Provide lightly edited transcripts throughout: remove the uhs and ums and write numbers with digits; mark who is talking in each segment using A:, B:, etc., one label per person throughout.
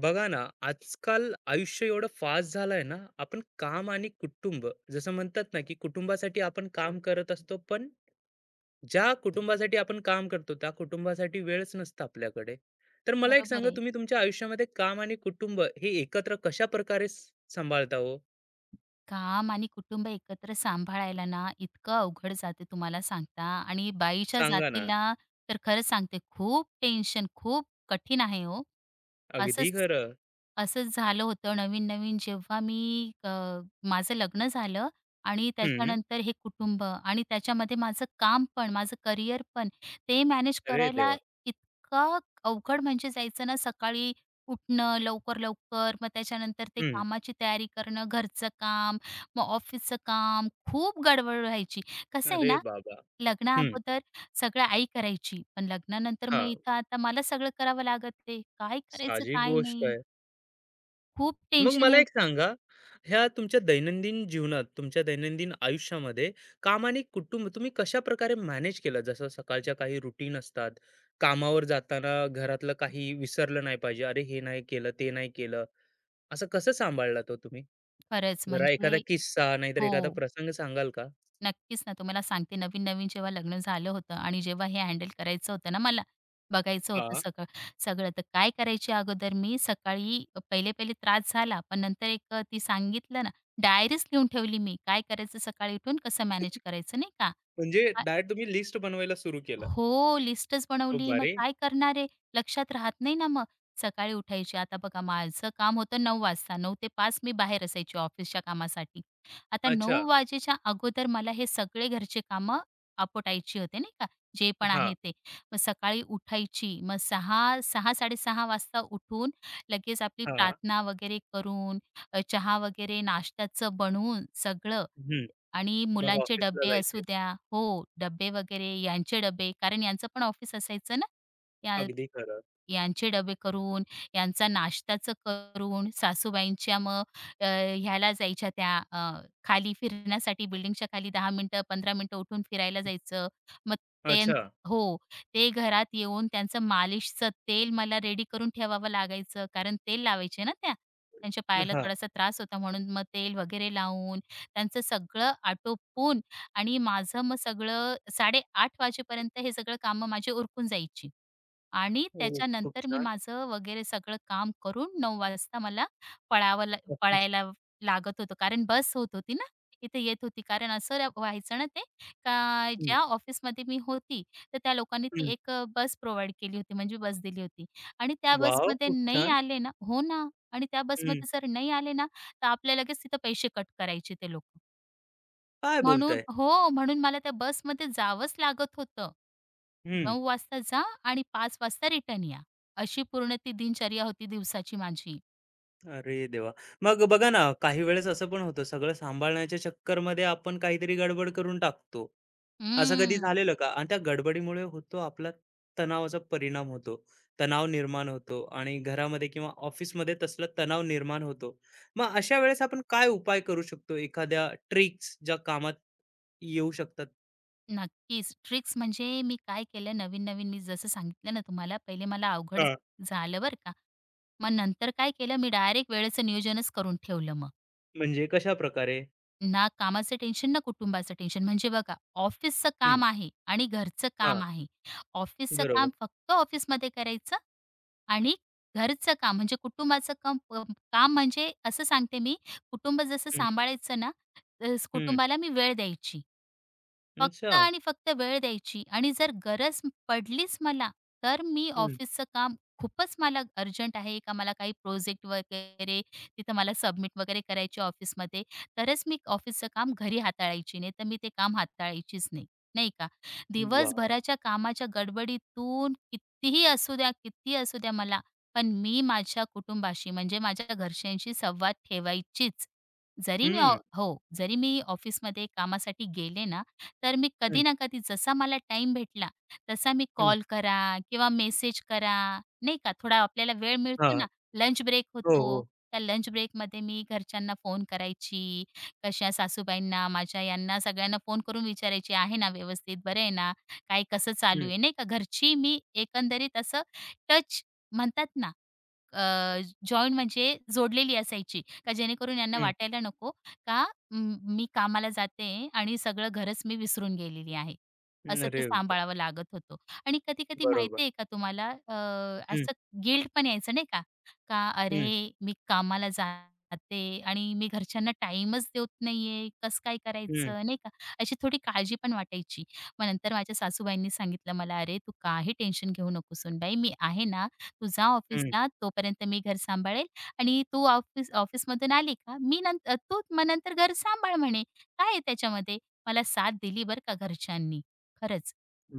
A: बघा ना, आजकाल आयुष्य एवढं फास्ट झालंय ना, आपण काम आणि कुटुंब जसं म्हणतात ना, की कुटुंबासाठी आपण काम करत असतो, पण ज्या कुटुंबासाठी आपण काम करतो, त्या कुटुंबासाठी वेळच नसतं आपल्याकडे. तर मला एक
B: बरोबर
A: सांगा,
B: आहे.
A: तुम्ही तुमच्या आयुष्यामध्ये काम आणि कुटुंब हे एकत्र कशाप्रकारे सांभाळता हो?
B: काम आणि कुटुंब एकत्र सांभाळायला ना इतकं अवघड जाते तुम्हाला सांगता आणि बाईच्या
A: सांगा ना.
B: जातीला तर खरंच सांगते खूप टेन्शन खूप कठीण आहे हो.
A: अगदी
B: असंच
A: खरं.
B: असंच झालं होतं नवीन-नवीन जेव्हा मी माझं लग्न झालं आणि
A: हं.
B: त्याच्यानंतर हे कुटुंब आणि त्याच्यामध्ये माझं काम पण, माझं करिअर पण ते मॅनेज
A: अरे
B: करायला
A: देवा!
B: इतकं अवघड म्हणजे जायचं ना, सकाळी उठणं लवकर-लवकर, मग त्याच्यानंतर ते
A: हं.
B: कामाची तयारी करणं, घरचं काम, मग ऑफिसचं काम, खूप गडबड व्हायची. कसं आहे
A: अरे
B: ना,
A: बाबा!
B: लग्ना
A: हं.
B: अगोदर सगळं आई करायची, पण लग्नानंतर मग
A: हां.
B: इथं आता मला सगळं करावं लागत आहे. काय करायचं
A: साहजिक
B: काय
A: गोष्ट.
B: नाही? खूप
A: मग
B: टेन्शन
A: मला एक
B: यायचं.
A: सांगा, ह्या तुमच्या दैनंदिन जीवनात, तुमच्या दैनंदिन आयुष्यामध्ये काम आणि कुटुंब तुम्ही कशा प्रकारे मॅनेज केलं? जसं सकाळच्या काही रुटीन असतात, कामावर जाताना घरातलं काही विसरलं नाही पाहिजे, "अरे, हे नाही केलं, ते नाही केलं." असं कसं सांभाळलात हो तुम्ही?
B: खरंच
A: जरा
B: म्हणजे
A: एखादा किस्सा नाहीतर
B: हो,
A: एखादा प्रसंग सांगाल का?
B: नक्कीच ना. तुम्हाला सांगते नवीन-नवीन जेव्हा लग्न झालं होतं आणि जेव्हा हे हँडल करायचं होतं ना मला, बघायचं होतं
A: हां,
B: सगळं सगळं. तर काय करायची अगोदर मी सकाळी पहिले-पहिले त्रास झाला, पण नंतर एक ती सांगितलं ना, डायरीच लिहून ठेवली मी. काय करायचं सकाळी उठून, कसं मॅनेज करायचं नाही का?
A: म्हणजे डायरेक्ट तुम्ही लिस्ट बनवायला सुरू केलं.
B: हो, लिस्टच
A: खूप
B: बनवली. मग
A: भारी.
B: काय करणार आहे? लक्षात राहत नाही ना मग. सकाळी उठायची. आता बघा माझं काम होतं 9 वाजता. 9 ते 5 मी बाहेर असायची ऑफिसच्या कामासाठी. आता
A: अच्छा.
B: 9 वाजेच्या अगोदर मला हे सगळे घरचे कामं आपटायची होते नाही का, जे पण
A: हां,
B: आहे ते. मग सकाळी उठायची. मग 6:30 वाजता उठून लगेच आपली
A: हां.
B: प्रार्थना वगैरे करून, चहा वगैरे नाश्त्याचं बनवून सगळं
A: हं.
B: आणि
A: मग
B: मुलांचे
A: ऑफिसला
B: डब्बे असू
A: जायचे.
B: द्या हो, डब्बे वगैरे यांचे डब्बे कारण यांचं पण ऑफिस असायचं ना. या
A: अगदी खरं.
B: यांचे डबे करून, यांचा नाश्ताचं करून, सासूबाईंच्या ह्याला जायच्या त्या खाली फिरण्यासाठी बिल्डिंगच्या खाली 10 मिनिटं, 15 मिनिटं उठून फिरायला जायचं. मग ते
A: अच्छा.
B: हो, ते घरात येऊन त्यांचं मालिशचं तेल मला रेडी करून ठेवावं लागायचं, कारण तेल लावायचे ना त्या. त्यांच्या पायाला
A: हां.
B: थोडासा त्रास होता म्हणून मग तेल वगैरे लावून, त्यांचं सगळं आटोपून आणि माझं मग सगळं 8:30 वाजेपर्यंत हे सगळं कामं माझी उरकून जायची. आणि
A: हो, खूप
B: त्याच्यानंतर मी
A: छान.
B: माझं वगैरे सगळं काम करून 9 वाजता मला पळावं ला
A: नक्कीच.
B: पळायला लागत होतं. कारण बस होत होती ना, इथे येत होती. कारण असं र व्हायचं ना ते, का
A: हं,
B: ज्या ऑफिसमध्ये मी होती, तर त्या लोकांनी ती
A: हं.
B: एक बस प्रोव्हाईड केली होती, म्हणजे बस दिली होती. आणि त्या
A: वॉव!
B: बसमध्ये
A: खूप
B: नाही
A: छान.
B: आले ना हो ना. आणि त्या
A: हं.
B: बसमध्ये जर नाही आले ना, तर आपल्याला लगेच तिथं पैसे कट करायचे ते लोकं.
A: काय
B: म्हणून
A: बोलताय?
B: हो, म्हणून मला त्या बसमध्ये जावंच लागत होतं.
A: हं.
B: 9 वाजता जा आणि 5 वाजता रिटर्न या. अशी पूर्ण ती दिनचर्या होती दिवसाची माझी.
A: अरे देवा! मग बघा ना, काही वेळेस असं पण होतं, सगळं सांभाळण्याच्या चक्करमध्ये आपण काहीतरी गडबड करून टाकतो. असं कधी
B: हं,
A: झालेलं का? आणि त्या गडबडीमुळे होतो आपला तणावाचा परिणाम होतो. तणाव निर्माण होतो आणि घरामध्ये किंवा ऑफिसमध्ये तसला तणाव निर्माण होतो. मग अशा वेळेस आपण काय उपाय करू शकतो? एखाद्या ट्रिक्स ज्या कामात येऊ शकतात?
B: नक्कीच. ट्रिक्स म्हणजे मी काय केलं नवीन-नवीन मी जसं सांगितलं ना तुम्हाला, पहिले मला अवघड
A: हां.
B: झालं बरं का. मग नंतर काय केलं मी डायरेक्ट वेळेचं नियोजनच करून ठेवलं मग.
A: म्हणजे कशाप्रकारे?
B: ना कामाचं टेन्शन, ना कुटुंबाचं टेन्शन. म्हणजे बघा ऑफिसचं
A: हं.
B: काम आहे आणि घरचं
A: हां,
B: काम आहे. ऑफिसचं
A: बरोबर.
B: काम फक्त ऑफिसमध्ये करायचं आणि घरचं काम म्हणजे कुटुंबाचं कम काम म्हणजे असं सांगते मी, कुटुंब जसं
A: हं,
B: सांभाळायचं ना, तस
A: हं.
B: कुटुंबाला मी वेळ द्यायची. फक्त
A: अच्छा.
B: आणि फक्त वेळ द्यायची आणि जर गरज पडलीच मला, तर मी
A: हं.
B: ऑफिसचं काम खूपच मला अर्जंट आहे का मला काही प्रोजेक्ट वगैरे तिथं मला सबमिट वगैरे करायचे ऑफिसमध्ये, तरच मी ऑफिसचं काम घरी हाताळायची. नाही तर मी ते काम हाताळायचीच नाही, नाही का?
A: वाह!
B: दिवसभराच्या कामाच्या गडबडीतून कितीही असू द्या, कितीही असू द्या मला, पण मी माझ्या कुटुंबाशी म्हणजे माझ्या घरच्यांशी संवाद ठेवायचीच.
A: हं,
B: जरी मी ऑफिसमध्ये कामासाठी गेले ना, तर मी
A: हं,
B: कधी ना कधी जसा मला टाईम भेटला तसा मी
A: हं.
B: कॉल करा किंवा मेसेज करा, नाही का. थोडा आपल्याला वेळ मिळतो
A: हां.
B: ना, लंच ब्रेक
A: हो,
B: होतो.
A: हो.
B: त्या लंच ब्रेकमध्ये मी घरच्यांना फोन करायची, कशा सासूबाईंना, माझ्या यांना सगळ्यांना फोन करून विचारायची, "आहे ना व्यवस्थित? बरे आहे ना? काय कसं चालू
A: हं,
B: आहे?" नाही का. घरची मी एकंदरीत असं टच म्हणतात ना, अ, जॉइन म्हणजे जोडलेली असायची, का जेणेकरून यांना
A: हं.
B: वाटायला नको का मी कामाला जाते आणि सगळं घरच मी विसरून गेलेली आहे. असं ते
A: अरे वाह!
B: सांभाळावं लागत होतं. आणि कधी-कधी
A: बरोबर.
B: माहिती आहे का तुम्हाला
A: हं,
B: असं गिल्ट पण यायचं नाही का? का
A: हं,
B: अरे, मी कामाला जाते आणि मी घरच्यांना टाईमच देत नाहीये, कसं काय
A: हं,
B: करायचं नाही का? अशी थोडी काळजी पण वाटायची. मग नंतर माझ्या सासूबाईंनी सांगितलं मला, "अरे, तू काही टेन्शन घेऊ नको सूनबाई, मी आहे ना." तू जा
A: हं.
B: ऑफिसला, तोपर्यंत मी घर सांभाळेल आणि तू ऑफिसमधून आली का मी नंतर तू मग नंतर घर सांभाळ म्हणे. काय आहे त्याच्यामध्ये? मला साथ दिली बरं का घरच्यांनी, खरंच.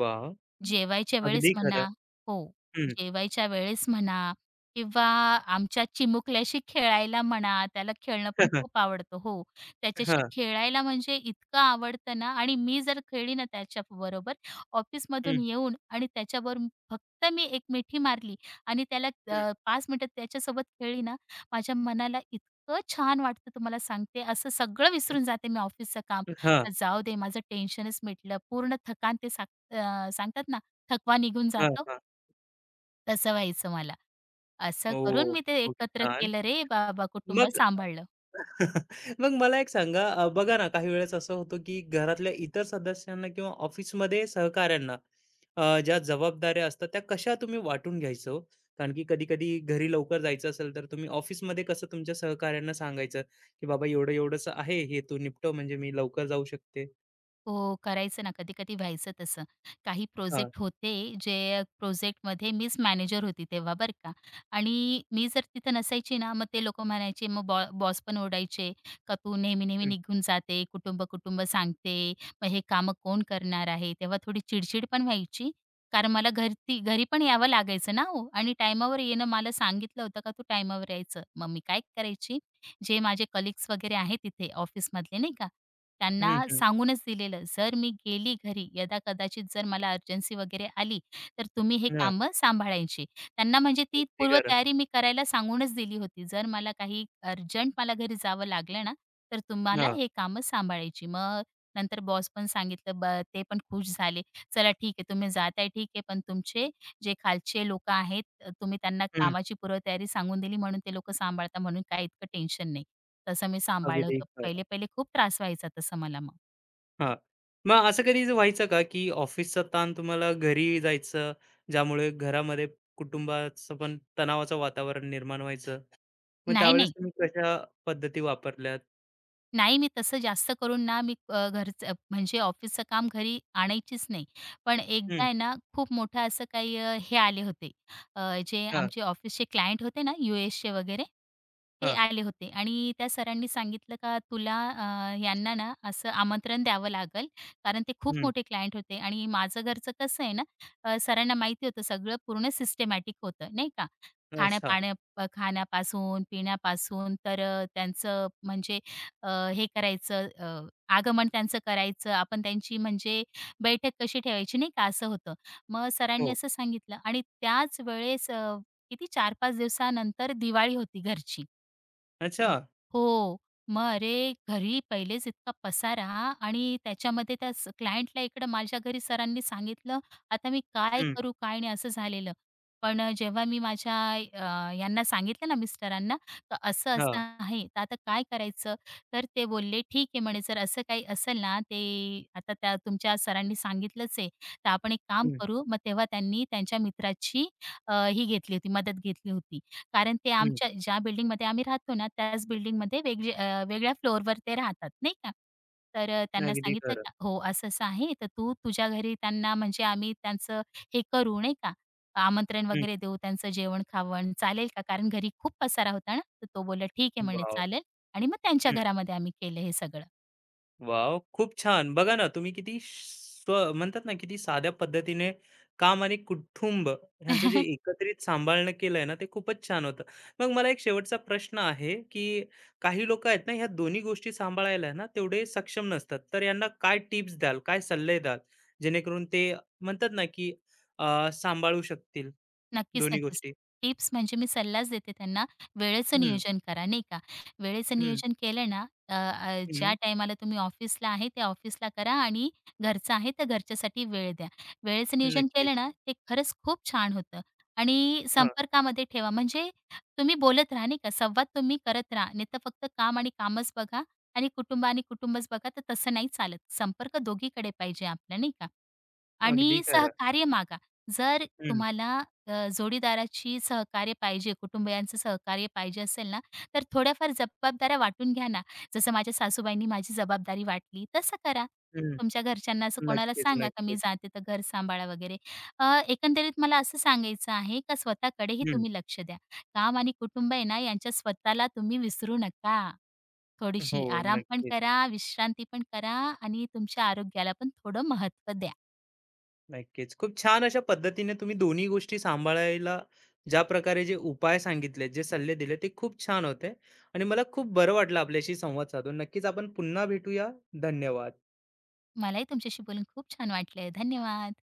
A: वाह!
B: जेवायच्या वेळेस
A: अगदी खरं.
B: म्हणा हो,
A: हं.
B: जेवायच्या वेळेस म्हणा किंवा आमच्या चिमुकल्याशी खेळायला म्हणा, त्याला खेळणं पण खूप आवडतं हो. त्याच्याशी
A: हां.
B: खेळायला म्हणजे इतकं आवडतं ना आणि मी जर खेळली ना त्याच्याबरोबर ऑफिसमधून
A: हं,
B: येऊन आणि त्याच्यावर फक्त मी एक मिठी मारली आणि त्याला
A: हं,
B: 5 मिनिटं त्याच्यासोबत खेळली ना, माझ्या मनाला इतकं छान वाटतं तुम्हाला सांगते. असं सगळं
A: हं.
B: विसरून जाते मी ऑफिसचं काम.
A: हां,
B: जाऊ दे माझं टेन्शनच मिटलं. पूर्ण थकान ते सांगतात ना, थकवा निघून
A: हां,
B: जातो,
A: हां.
B: तसं व्हायचं मला. असं करून
A: ओह!
B: मी ते
A: खूप
B: एकत्र
A: छान.
B: केलं रे बाबा, कुटुंब
A: मग
B: सांभाळलं.
A: मग मला एक सांगा बघा ना, काही वेळेस असं होतं की घरातल्या इतर सदस्यांना किंवा ऑफिसमध्ये सहकाऱ्यांना ज्या जबाबदाऱ्या असतात त्या कशा तुम्ही वाटून घ्यायचो, कारण की कधी कधी घरी लवकर जायचं असेल तर तुम्ही ऑफिसमध्ये कसं तुमच्या सहकाऱ्यांना सांगायचं की बाबा एवढं एवढंच आहे, हे तू निपटव म्हणजे मी लवकर जाऊ शकते.
B: हो, करायचं ना, कधी-कधी व्हायचं तसं. काही
A: हा.
B: प्रोजेक्ट होते, जे प्रोजेक्टमध्ये मीच मॅनेजर होती तेव्हा बरं का. आणि मी जर तिथं नसायची ना, मग ते लोकं म्हणायचे, मग बॉस पण ओरडायचे, "का तू नेहमी-नेहमी
A: हम्म,
B: निघून जाते, कुटुंब-कुटुंब सांगते, मग हे कामं कोण करणार आहे?" तेव्हा थोडी चिडचिड पण व्हायची. कारण मला घरी पण यावं लागायचं ना हो आणि टाईमावर येणं मला सांगितलं होतं का, "तू टाईमावर यायचं." मग मी काय करायची, जे माझे कलीग्स वगैरे आहेत तिथे ऑफिसमधले नाही का,
A: हम्म,
B: त्यांना
A: हम्म.
B: सांगूनच दिलेलं, "जर मी गेली घरी यदाकदाचित जर मला अर्जन्सी वगैरे आली, तर तुम्ही हे
A: हा.
B: कामं सांभाळायची." त्यांना म्हणजे ती
A: अगदी खरं.
B: पूर्वतयारी मी करायला सांगूनच दिली होती. जर मला काही अर्जंट मला घरी जावं लागलं ना, तर तुम्हाला
A: हा.
B: हे कामं सांभाळायची. मग नंतर बॉस पण सांगितलं, ते पण खुश झाले. "चला ठीक आहे, तुम्ही जाताय ठीक आहे, पण तुमचे जे खालचे लोकं आहेत, तुम्ही त्यांना
A: हम्म.
B: कामाची पूर्वतयारी सांगून दिली म्हणून ते लोकं सांभाळता म्हणून काही इतकं टेन्शन नाही." तसं मी सांभाळलं
A: अगदी
B: होतं.
A: खरं.
B: पहिले-पहिले खूप त्रास व्हायचा तसं मला मग.
A: हां. मग असं कधी व्हायचं का, की ऑफिसचा ताण तुम्हाला घरी जायचं, ज्यामुळे घरामध्ये कुटुंबाचं पण तणावाचं वातावरण निर्माण व्हायचं. मग
B: नाही,
A: त्यावेळेस
B: नाही.
A: तुम्ही कशा पद्धती वापरल्यात?
B: नाही, मी तसं जास्त करून ना, मी घरचं म्हणजे ऑफिसचं काम घरी आणायचीच नाही. पण एकदा
A: हं,
B: आहे ना, खूप मोठं असं काही हे आले होते. अ, जे
A: हां,
B: आमचे ऑफिसचे क्लायंट होते ना, यूएसचे वगैरे, ते
A: हां,
B: आले होते आणि त्या सरांनी सांगितलं का तुला यांना ना, असं आमंत्रण द्यावं लागेल. कारण ते खूप
A: हं,
B: मोठे क्लायंट होते आणि माझं घरचं कसं आहे ना, सरांना माहिती होतं सगळं पूर्ण सिस्टमॅटिक होतं, नाही का?
A: अच्छा.
B: खाण्या-पाण्या खाण्यापासून, पिण्यापासून तर त्यांचं म्हणजे अ, हे करायचं आगमन त्यांचं करायचं. आपण त्यांची म्हणजे बैठक कशी ठेवायची नाही का असं होतं. मग सरांनी
A: हो,
B: असं सांगितलं आणि त्याच वेळेस किती 4-5 दिवसानंतर दिवाळी होती घरची.
A: अच्छा.
B: हो. मग अरे, घरी पहिलेच इतका पसारा आणि त्याच्यामध्ये त्या क्लायंटला इकडं माझ्या घरी सरांनी सांगितलं, आता मी काय
A: हं,
B: करू, काय नाही असं झालेलं. पण जेव्हा मी माझ्या यांना सांगितलं ना मिस्टरांना, तर
A: हां,
B: असं-असं आहे, तर आता काय करायचं? तर ते बोलले, "ठीक आहे," म्हणे, "जर असं काही असेल ना, ते आता त्या तुमच्या सरांनी सांगितलंच आहे, तर आपण एक काम
A: हं,
B: करू." मग तेव्हा त्यांनी त्यांच्या मित्राची ही घेतली होती, मदत घेतली होती. कारण ते
A: हं.
B: आमच्या ज्या बिल्डिंगमध्ये आम्ही राहतो ना, त्याच बिल्डिंगमध्ये वेगळ्या फ्लोअरवर ते राहतात, नाही का. तर त्यांना
A: अगदी
B: सांगितलं
A: खरं.
B: का हो, असं-असं आहे, तर तू तुझ्या घरी त्यांना म्हणजे आम्ही त्यांचं हे करू, नाही का, आमंत्रण
A: हं,
B: वगैरे देऊ, त्यांचं जेवण-खावण चालेल का? कारण घरी खूप पसारा होता ना, तर तो बोलला, "ठीक आहे," म्हणे,
A: वॉव!
B: "चालेल." आणि मग त्यांच्या घरामध्ये आम्ही केलं हे सगळं.
A: वाव, खूप छान. बघा ना, तुम्ही किती स्व म्हणतात ना, किती साध्या पद्धतीने काम आणि कुटुंब ह्यांचं जे एकत्रित सांभाळणं केलंय ना, ते खूपच छान होतं. मग मला एक शेवटचा प्रश्न आहे, की काही लोकं आहेत ना, ह्या दोन्ही गोष्टी सांभाळायला ना, तेवढे सक्षम नसतात. तर यांना काय टिप्स द्याल, काय सल्ले द्याल, जेणेकरून ते म्हणतात ना, की सांभाळू शकतील
B: नक्कीच,
A: दोन्ही
B: नक्कीच.
A: गोष्टी?
B: टिप्स म्हणजे मी सल्लाच देते त्यांना, वेळेचं
A: हं,
B: नियोजन करा, नाही का? वेळेचं
A: हं,
B: नियोजन केलं ना, अ, अ, ज्या
A: हं.
B: टायमाला तुम्ही ऑफिसला आहे, त्या ऑफिसला करा आणि घरचं आहे, तर घरच्यासाठी वेळ द्या. वेळेचं नियोजन केलं
A: नक्कीच.
B: ना, ते खरंच खूप छान होतं आणि
A: हां,
B: संपर्कामध्ये ठेवा. म्हणजे तुम्ही बोलत राहा, नाही का? संवाद तुम्ही करत राहा. नाहीतर फक्त काम आणि कामच बघा आणि कुटुंब आणि कुटुंबच बघा, तर तसं नाही चालत. संपर्क दोघीकडे पाहिजे आपला, नाही का? आणि
A: अगदी खरं.
B: सहकार्य मागा. जर
A: हं,
B: तुम्हाला जोडीदाराची सहकार्य पाहिजे, कुटुंबियांचं सहकार्य पाहिजे असेल ना, तर थोड्याफार जबाबदाऱ्या वाटून घ्या ना. जसं माझ्या सासूबाईंनी माझी जबाबदारी वाटली, तसं करा.
A: हं.
B: तुमच्या घरच्यांना असं कोणाला
A: नक्कीच,
B: सांगा का मी
A: नक्कीच.
B: जाते तर घर सांभाळा वगैरे. एकंदरीत मला असं सांगायचं आहे का स्वतःकडेही तुम्ही लक्ष द्या. काम आणि कुटुंब आहे ना, यांच्या स्वतःला तुम्ही विसरू नका.
A: हो,
B: थोडीशी आराम पण
A: नक्कीच,
B: करा, विश्रांती पण करा आणि तुमच्या आरोग्याला पण थोडं महत्त्व द्या.
A: नक्कीच. खूप छान अशा पद्धतीने तुम्ही दोन्ही गोष्टी सांभाळायला ज्या प्रकारे जे उपाय सांगितले, जे सल्ले दिले ते खूप छान होते आणि मला खूप बरं वाटलं आपल्याशी संवाद साधून. नक्कीच आपण पुन्हा भेटूया. धन्यवाद.
B: मलाही तुमच्याशी बोलून खूप छान वाटलं. धन्यवाद.